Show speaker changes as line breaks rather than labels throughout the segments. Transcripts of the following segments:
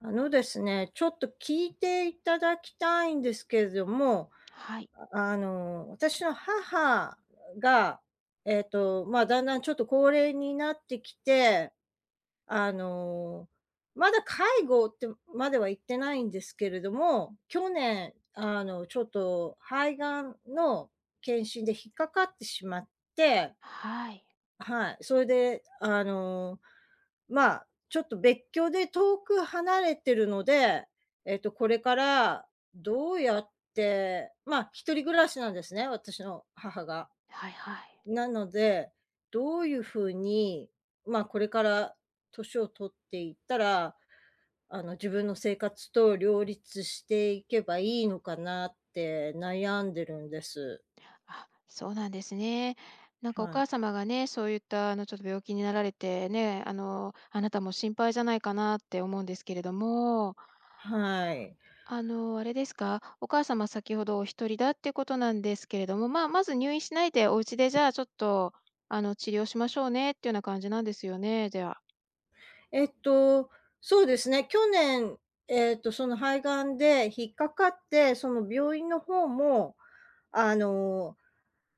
あのですね、ちょっと聞いていただきたいんですけれども、
はい。
私の母が、まあ、だんだんちょっと高齢になってきて、あの、まだ介護ってまでは行ってないんですけれども、去年、ちょっと肺がんの検診で引っかかってしまって。
はい。
はい、それで、まあ、ちょっと別居で遠く離れてるので、これからどうやって、まあ、一人暮らしなんですね、私の母が。
はいはい。
なので、どういう風に、まあ、これから年を取っていったら、自分の生活と両立していけばいいのかなって悩んでるんです。
あ、そうなんですね。なんかお
はい。
母様がね、そういったちょっと病気になられてね、あなたも心配じゃないかなって思うんですけれども、
はい。
あれですか？お母様、先ほどお一人だってことなんですけれども、まあ、まず入院しないでお家でじゃあちょっと、治療しましょうねっていうような感じなんですよね、では。
えっと、そうですね、去年、その肺がんで引っかかって、その病院の方も、あの、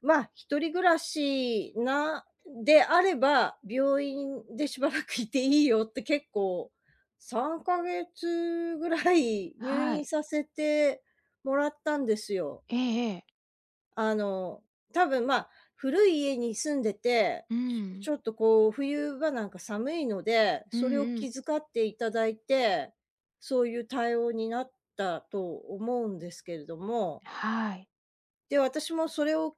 まあ、一人暮らしなであれば、病院でしばらくいていいよって結構3ヶ月ぐらい入
は
院
い。
させてもらったんですよ。
ええええ。
あの、多分、古い家に住んでて、
う
ちょち
ん。
ょっとこう、冬場なんか寒いので、
うん
それを
うん。
気遣っていただいて、そういう対応になったと思うんですけれども。
はい。
で、私もそれを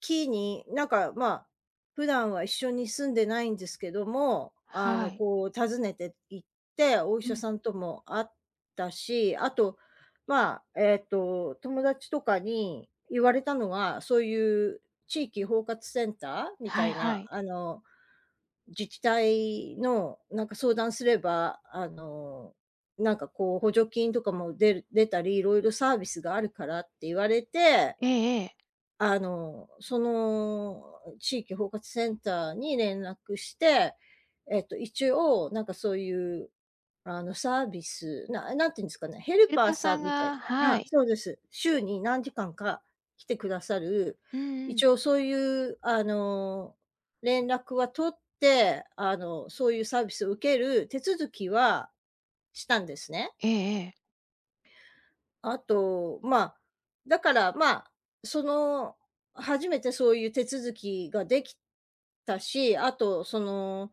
機に、なんか、まあ、普段は一緒に住んでないんですけども、
はい。
こう訪ねて行って、お医
う
者
ん。
さんとも会ったし、あと、まあ、友達とかに言われたのが、そういう地域包括センターみ
は
た
い
い
は
な、
い。
自治体のなんか相談すれば、なんかこう補助金とかも出たり、いろいろサービスがあるからって言われて、
ええええ。
その地域包括センターに連絡して、一応なんかそういう、サービス、何て言うんですかね、ヘル
ヘル
パー
パー
さ
さ
ん
ん
みたい。
が、は
あ、
い。
そうです。週に何時間か来てくださる、
うんう
一
ん。
応そういう、連絡は取って、そういうサービスを受ける手続きはしたんですね。
ええええ。
あと、まあ、だから、まあ、その、初めてそういう手続きができたし、あと、その、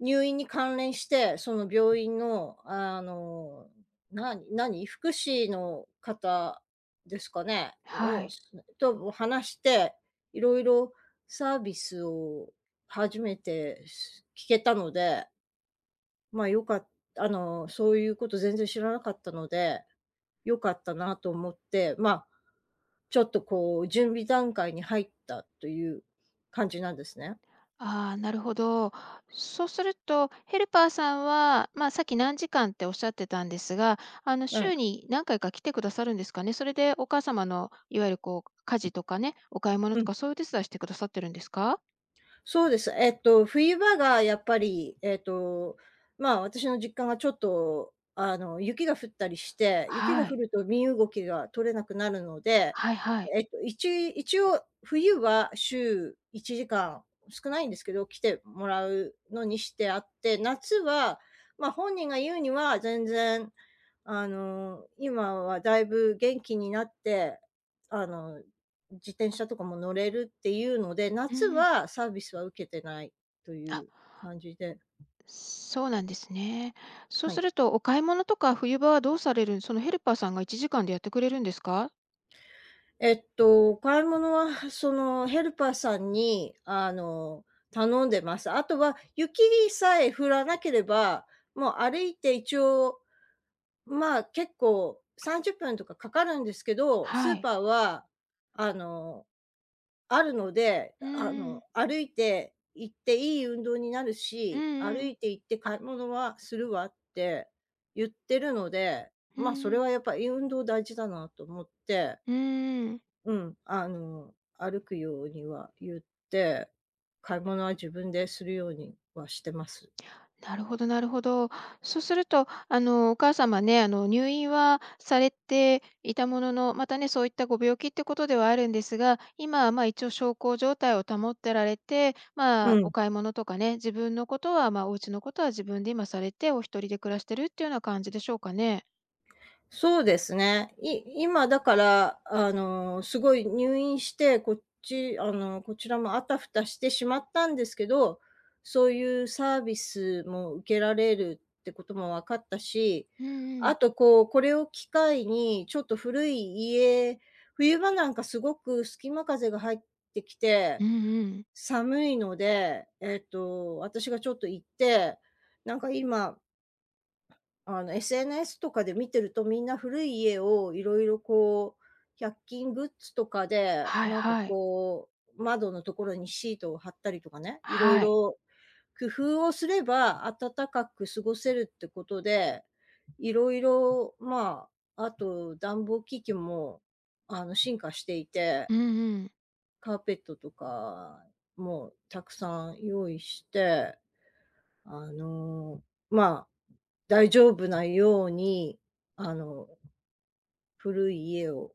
入院に関連して、その病院の、何、福祉の方ですかね、
はい。
とも話して、いろいろサービスを初めて聞けたので、まあ、よかっそういうこと全然知らなかったので、良かったなと思って、まあ、ちょっとこう準備段階に入ったという感じなんですね。
ああ、なるほど。そうすると、ヘルパーさんは、まあ、さっき何時間っておっしゃってたんですが、
は
週
い。
に何回か来てくださるんですかね？それでお母様のいわゆるこう家事とかね、お買い物
う
と
ん。
かそういう手伝いしてくださってるんですか？
そうです。冬場がやっぱり、まあ、私の実家がちょっと、雪が降ったりして、雪が
は
降
い。
ると身動きが取れなくなるので、
はいはい。
えっと、一応冬は週1時間、少ないんですけど、来てもらうのにしてあって、夏は、まあ、本人が言うには全然、今はだいぶ元気になって、あの自転車とかも乗れるっていうので、
う
夏
んうん。
はサービスは受けてないとい
あ、
う感じで。
そうなんですね。そう
は
す
い。
るとお買い物とか冬場はどうされる、そのヘルパーさんが1時間でやってくれるんですか？
買い物は、その、ヘルパーさんに、頼んでます。あとは、雪さえ降らなければ、もう歩いて一応、まあ、結構30分とかかかるんですけど、ス
は
ー
い。
パーは、あの、あるので、
うんうん。
歩いて行っていい運動になる
うん
し、歩
うん。
いて行って買い物はするわって言ってるので、
う
まあ、それ
ん。
はやっぱり運動大事だなと思って、
うん。うん。
うん、歩くようには言って、買い物は自分でするようにはしてます。
なるほど、なるほど。そうすると、お母様ね、入院はされていたものの、またね、そういったご病気ってことではあるんですが、今、ま、一応小康状態を保ってられて、
う
まあ、
ん。
お買い物とかね、自分のことは、まあ、お家のことは自分で今されて、お一人で暮らしてるっていうような感じでしょうかね？
そうですね。今だから、すごい入院して、こちらもあたふたしてしまったんですけど、そういうサービスも受けられるってことも分かったし、
うんうん。
あとこう、これを機会にちょっと古い家、冬場なんかすごく隙間風が入ってきて、
うんうん。
寒いので、私がちょっと行って、なんか今SNS とかで見てるとみんな古い家をいろいろこう、100均グッズとかで、
はい
なんか
はい。
こう、窓のところにシートを貼ったりとかね、いろい
はい。
ろ工夫をすれば暖かく過ごせるってことで、いろいろ、まあ、あと暖房機器も、進化していて、
うんうん。
カーペットとかもたくさん用意して、あの、まあ、大丈夫なように、あの、古い家を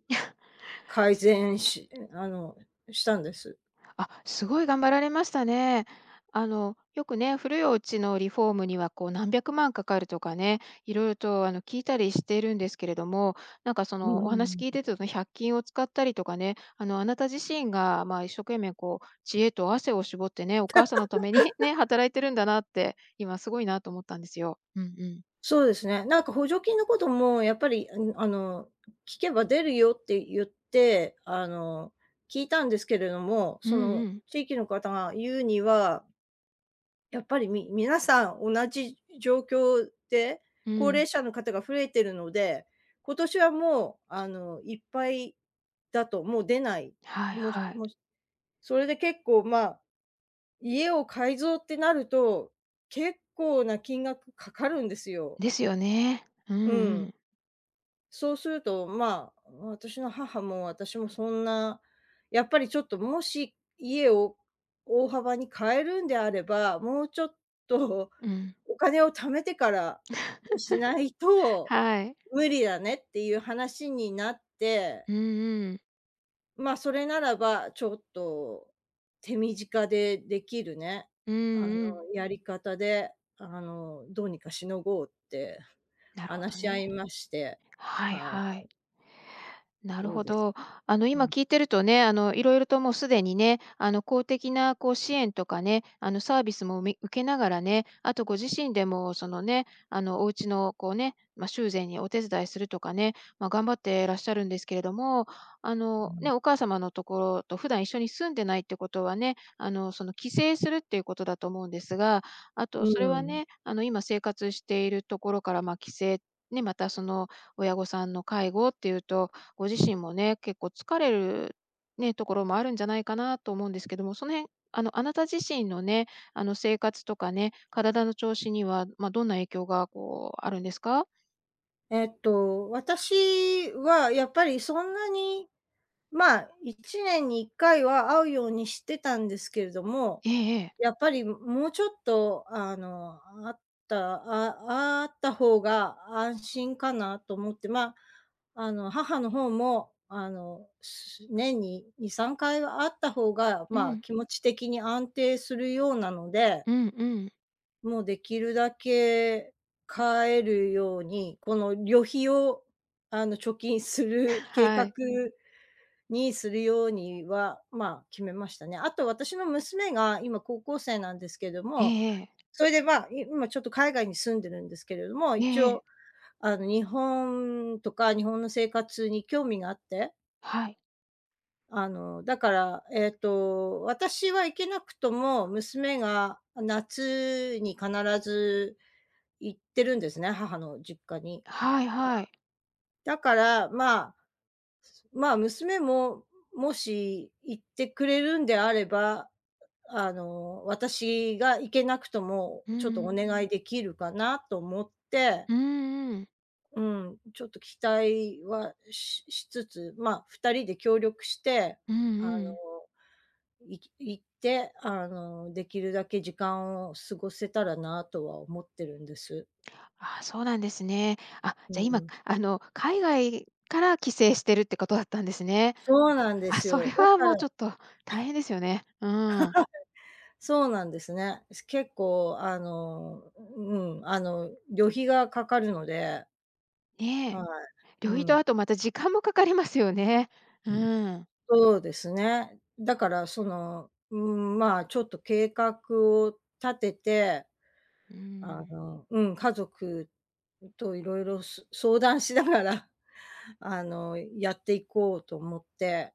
改善しあの、したんです。
あ、すごい頑張られましたね。よくね、古いお家のリフォームにはこう何百万かかるとかね、いろいろと聞いたりしてるんですけれども、なんかそ
う
のお話
ん。
聞いてて、その1均を使ったりとかね、あなた自身がまあ一生懸命こう知恵と汗を絞ってね、お母さんのために ね、働いてるんだなって、今すごいなと思ったんですよ。うんうん。
そうですね。なんか補助金のこともやっぱり、うん、聞けば出るよって言って、聞いたんですけれども、
うん
その
うん。
地域の方が言うにはやっぱり、皆さん同じ状況で、
う
高齢
ん。
者の方が増えてるので、今年はもう、いっぱいだと、もう出ない。
はい
もし
はい。
もし、それで結構、まあ、家を改造ってなると、結構な金額かかるんですよ。
ですよね。うん
う
う
ん。
ん。
そうすると、まあ、私の母も私もそんな、やっぱりちょっともし家を大幅に変えるんであれば、もうちょっと
うん。
お金を貯めてからにしないと
はい。
無理だねっていう話になって、
うんうん。
まあ、それならばちょっと手短でできるね、
うん
あの、
うん。
やり方で、どうにかしのごうって
なるほど
話し合
ね。
いまして、
はい
はい、
はい。なる
どう
ほ
です？
ど。今
うん。
聞いてるとね、いろいろともうすでにね、公的なこう支援とかね、サービスもみ受けながらね、あとご自身でも、そのね、お家のこうね、まあ、修繕にお手伝いするとかね、まあ、頑張ってらっしゃるんですけれども、ね、お母様のところと普段一緒に住んでないってことはね、その帰省するっていうことだと思うんですが、あ
う
とそれは
ん。
ね、今生活しているところから、まあ、帰省、ね、またその親御さんの介護っていうと、ご自身もね、結構疲れるね、ところもあるんじゃないかなと思うんですけども、その辺、あなた自身のね、生活とかね、体の調子には、まあ、どんな影響がこうあるんですか？
私はやっぱりそんなに、まあ、1年に1回は会うようにしてたんですけれども、
ええええ。
やっぱりもうちょっと、あったあった方が安心かなと思って、まあ、母の方も、年に2、3回はあった方が、
う
まあ、
ん、
気持ち的に安定するようなので、
うんうん。
もうできるだけ帰るように、この旅費を貯金す る計
は
画
い。
にするようには、まあ、決めましたね。あと私の娘が今高校生なんですけど
え
も、
えええ。
それで、まあ、今ちょっと海外に住んでるんですけれども、一
え
応
え
あの日本とか日本の生活に興味があって、あの、だから、えっと、私は行けなくとも、娘が夏に必ず行ってるんですね、母の実家に。
はいはいはい。
だから、まあ、まあ、娘も、もし行ってくれるんであれば、私が行けなくとも、
う
ちょっとお
ん、
願いできるかなと思って、
うんうん。
うん、ちょっと期待はしつつ、まあ、2人で協力して、
うん
あの
うん。
行って、できるだけ時間を過ごせたらなとは思ってるんです。
ああ、そうなんですね。あ、
う
じゃ、今、
ん。
海外から帰省してるってことだったんですね。
そうなんで
あ、
す
それ
よ。だ
は
か
も
ら、
うちょっと大変ですよね。うん。
そうなんですね。結構あの、うん、旅費がかかるので、
ね
は
え。
い。う
料理と
ん。
あとまた時間もかかりますよね。うん。
そうですね。だからその、うーん、まあ、ちょっと計画を立てて、
うん。
うん、家族といろいろ相談しながら、やっていこうと思って、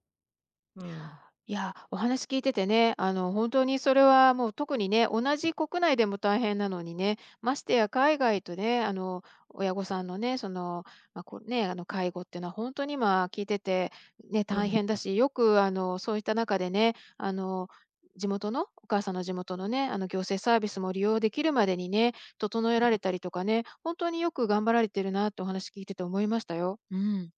うん、
いや、お話聞いててね、本当にそれはもう特にね、同じ国内でも大変なのにね、ましてや海外とね、親御さんのね、その、まあ、こうね、介護っていうのは本当に今聞いてて、ね、
う
大
ん、
変だし、よく、そういった中でね、地元の、お母さんの地元のね、行政サービスも利用できるまでにね、整えられたりとかね、本当によく頑張られてるなってお話聞いてて思いましたよ。うん、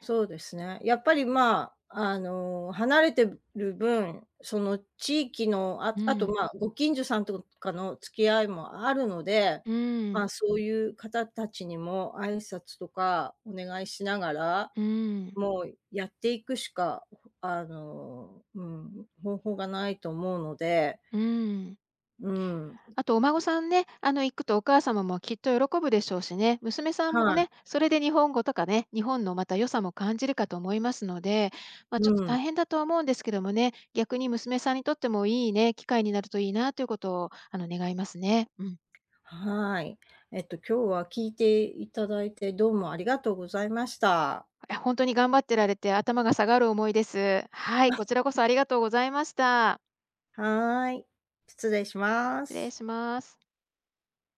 そうですね。やっぱり、まあ、離れてる分、その地域の、あ
う
あと、
ん、
まあ、ご近所さんとかの付き合いもあるので、
う
ま
ん、
あ、そういう方たちにも挨拶とかお願いしながら、
うん、
もうやっていくしか、うん、方法がないと思うので、
うん。
うん、
あとお孫さんね、行くとお母様もきっと喜ぶでしょうしね、娘さん
は
も
い、
ね、それで日本語とかね、日本のまた良さも感じるかと思いますので、まあ、
う
ちょっと大
ん、
変だとは思うんですけどもね、逆に娘さんにとってもいいね、機会になるといいなということを、願いますね。うん。
はい。今日は聞いていただいてどうもありがとうございました。
いや、に頑張ってられて頭が下がる思いです。はい、こちらこそありがとうございました。
はーい。失礼しま
失礼
す。
します。